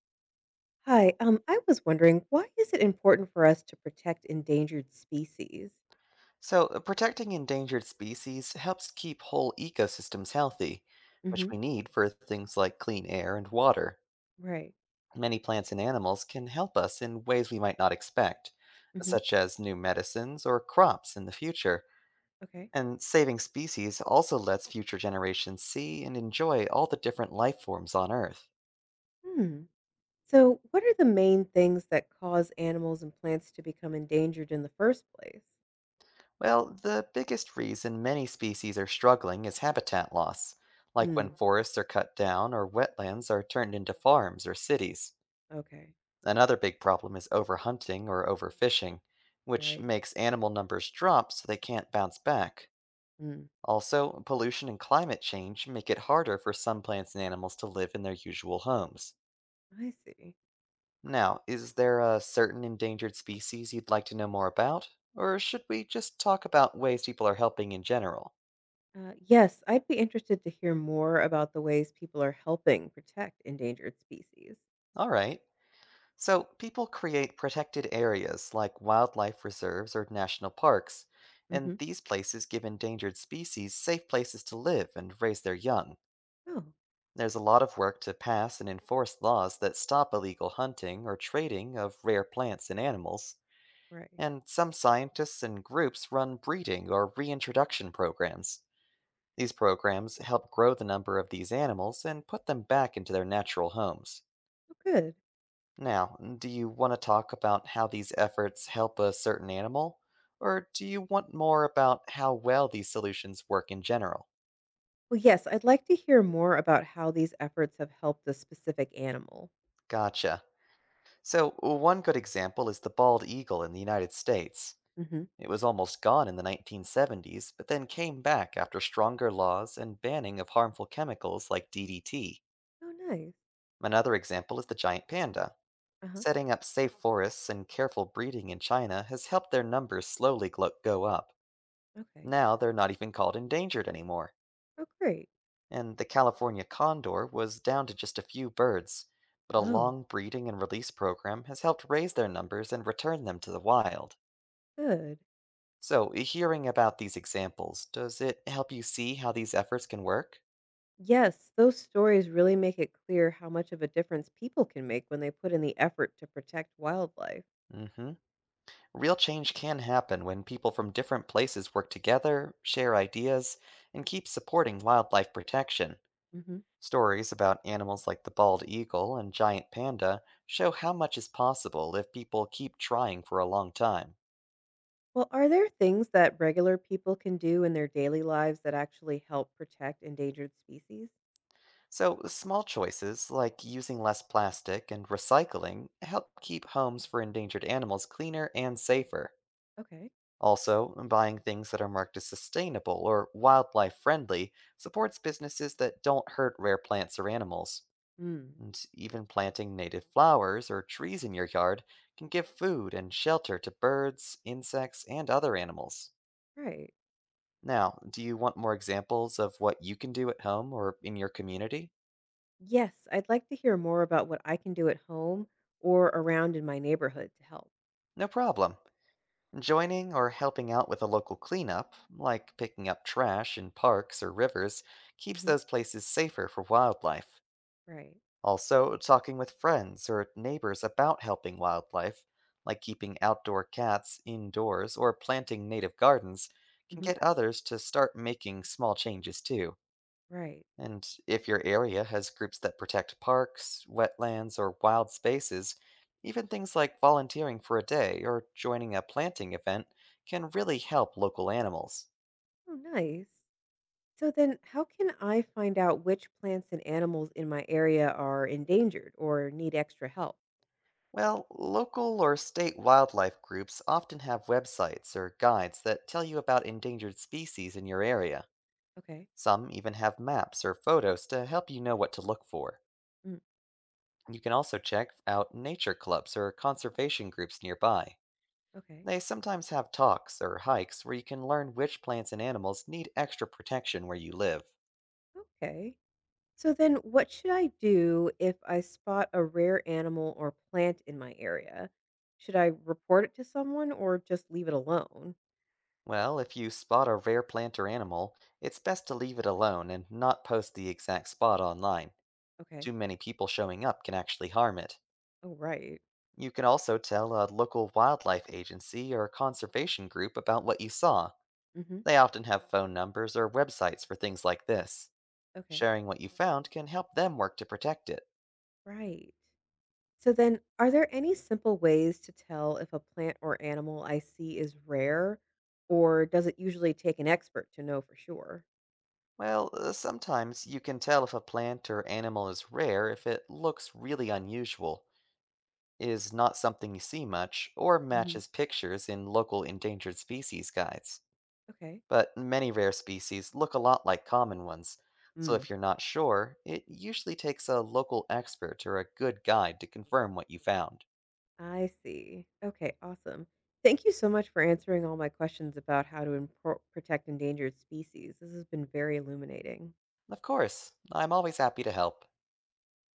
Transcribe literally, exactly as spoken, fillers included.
Hi, um, I was wondering, why is it important for us to protect endangered species? So, uh, protecting endangered species helps keep whole ecosystems healthy, which Hmm. we need for things like clean air and water. Right. Many plants and animals can help us in ways we might not expect, Hmm. such as new medicines or crops in the future. Okay. And saving species also lets future generations see and enjoy all the different life forms on Earth. Hmm. So, what are the main things that cause animals and plants to become endangered in the first place? Well, the biggest reason many species are struggling is habitat loss, like when Hmm. forests are cut down or wetlands are turned into farms or cities. Okay. Another big problem is overhunting or overfishing, which Right. makes animal numbers drop so they can't bounce back. Hmm. Also, pollution and climate change make it harder for some plants and animals to live in their usual homes. I see. Now, is there a certain endangered species you'd like to know more about? Or should we just talk about ways people are helping in general? Uh, yes, I'd be interested to hear more about the ways people are helping protect endangered species. Alright. So, people create protected areas like wildlife reserves or national parks, and Hmm. these places give endangered species safe places to live and raise their young. Oh, There's a lot of work to pass and enforce laws that stop illegal hunting or trading of rare plants and animals, right. and some scientists and groups run breeding or reintroduction programs. These programs help grow the number of these animals and put them back into their natural homes. Oh, good. Now, do you want to talk about how these efforts help a certain animal? Or do you want more about how well these solutions work in general? Well, yes, I'd like to hear more about how these efforts have helped a specific animal. Gotcha. So, one good example is the bald eagle in the United States. Hmm. It was almost gone in the nineteen seventies, but then came back after stronger laws and banning of harmful chemicals like D D T. Oh, nice. Another example is the giant panda. Uh huh. Setting up safe forests and careful breeding in China has helped their numbers slowly glo- go up. Okay. Now they're not even called endangered anymore, Oh, great. and the California condor was down to just a few birds, but a Oh, long breeding and release program has helped raise their numbers and return them to the wild. good. So, hearing about these examples, does it help you see how these efforts can work? Yes, those stories really make it clear how much of a difference people can make when they put in the effort to protect wildlife. Hmm. Real change can happen when people from different places work together, share ideas, and keep supporting wildlife protection. Hmm. Stories about animals like the bald eagle and giant panda show how much is possible if people keep trying for a long time. Well, are there things that regular people can do in their daily lives that actually help protect endangered species? So, small choices like using less plastic and recycling help keep homes for endangered animals cleaner and safer. Okay. Also, buying things that are marked as sustainable or wildlife friendly supports businesses that don't hurt rare plants or animals. Mm. And even planting native flowers or trees in your yard can give food and shelter to birds, insects, and other animals. Right. Now, do you want more examples of what you can do at home or in your community? Yes, I'd like to hear more about what I can do at home or around in my neighborhood to help. No problem. Joining or helping out with a local cleanup, like picking up trash in parks or rivers, keeps Hmm. those places safer for wildlife. Right. Also, talking with friends or neighbors about helping wildlife, like keeping outdoor cats indoors or planting native gardens, can Hmm. get others to start making small changes too. Right. And if your area has groups that protect parks, wetlands, or wild spaces, even things like volunteering for a day or joining a planting event can really help local animals. Oh, nice. So then, how can I find out which plants and animals in my area are endangered or need extra help? Well, local or state wildlife groups often have websites or guides that tell you about endangered species in your area. Okay. Some even have maps or photos to help you know what to look for. Mm, You can also check out nature clubs or conservation groups nearby. okay. They sometimes have talks or hikes where you can learn which plants and animals need extra protection where you live. Okay. So then, what should I do if I spot a rare animal or plant in my area? Should I report it to someone or just leave it alone? Well, if you spot a rare plant or animal, it's best to leave it alone and not post the exact spot online. Okay. Too many people showing up can actually harm it. Oh, right. You can also tell a local wildlife agency or conservation group about what you saw. Hmm. They often have phone numbers or websites for things like this. Okay. Sharing what you found can help them work to protect it. Right. So then, are there any simple ways to tell if a plant or animal I see is rare, or does it usually take an expert to know for sure? Well, uh, sometimes you can tell if a plant or animal is rare if it looks really unusual, is not something you see much, or Hmm. matches pictures in local endangered species guides, Okay. but many rare species look a lot like common ones, so Mm. if you're not sure, it usually takes a local expert or a good guide to confirm what you found. I see. Okay, awesome. Thank you so much for answering all my questions about how to impro- protect endangered species. This has been very illuminating. Of course, I'm always happy to help.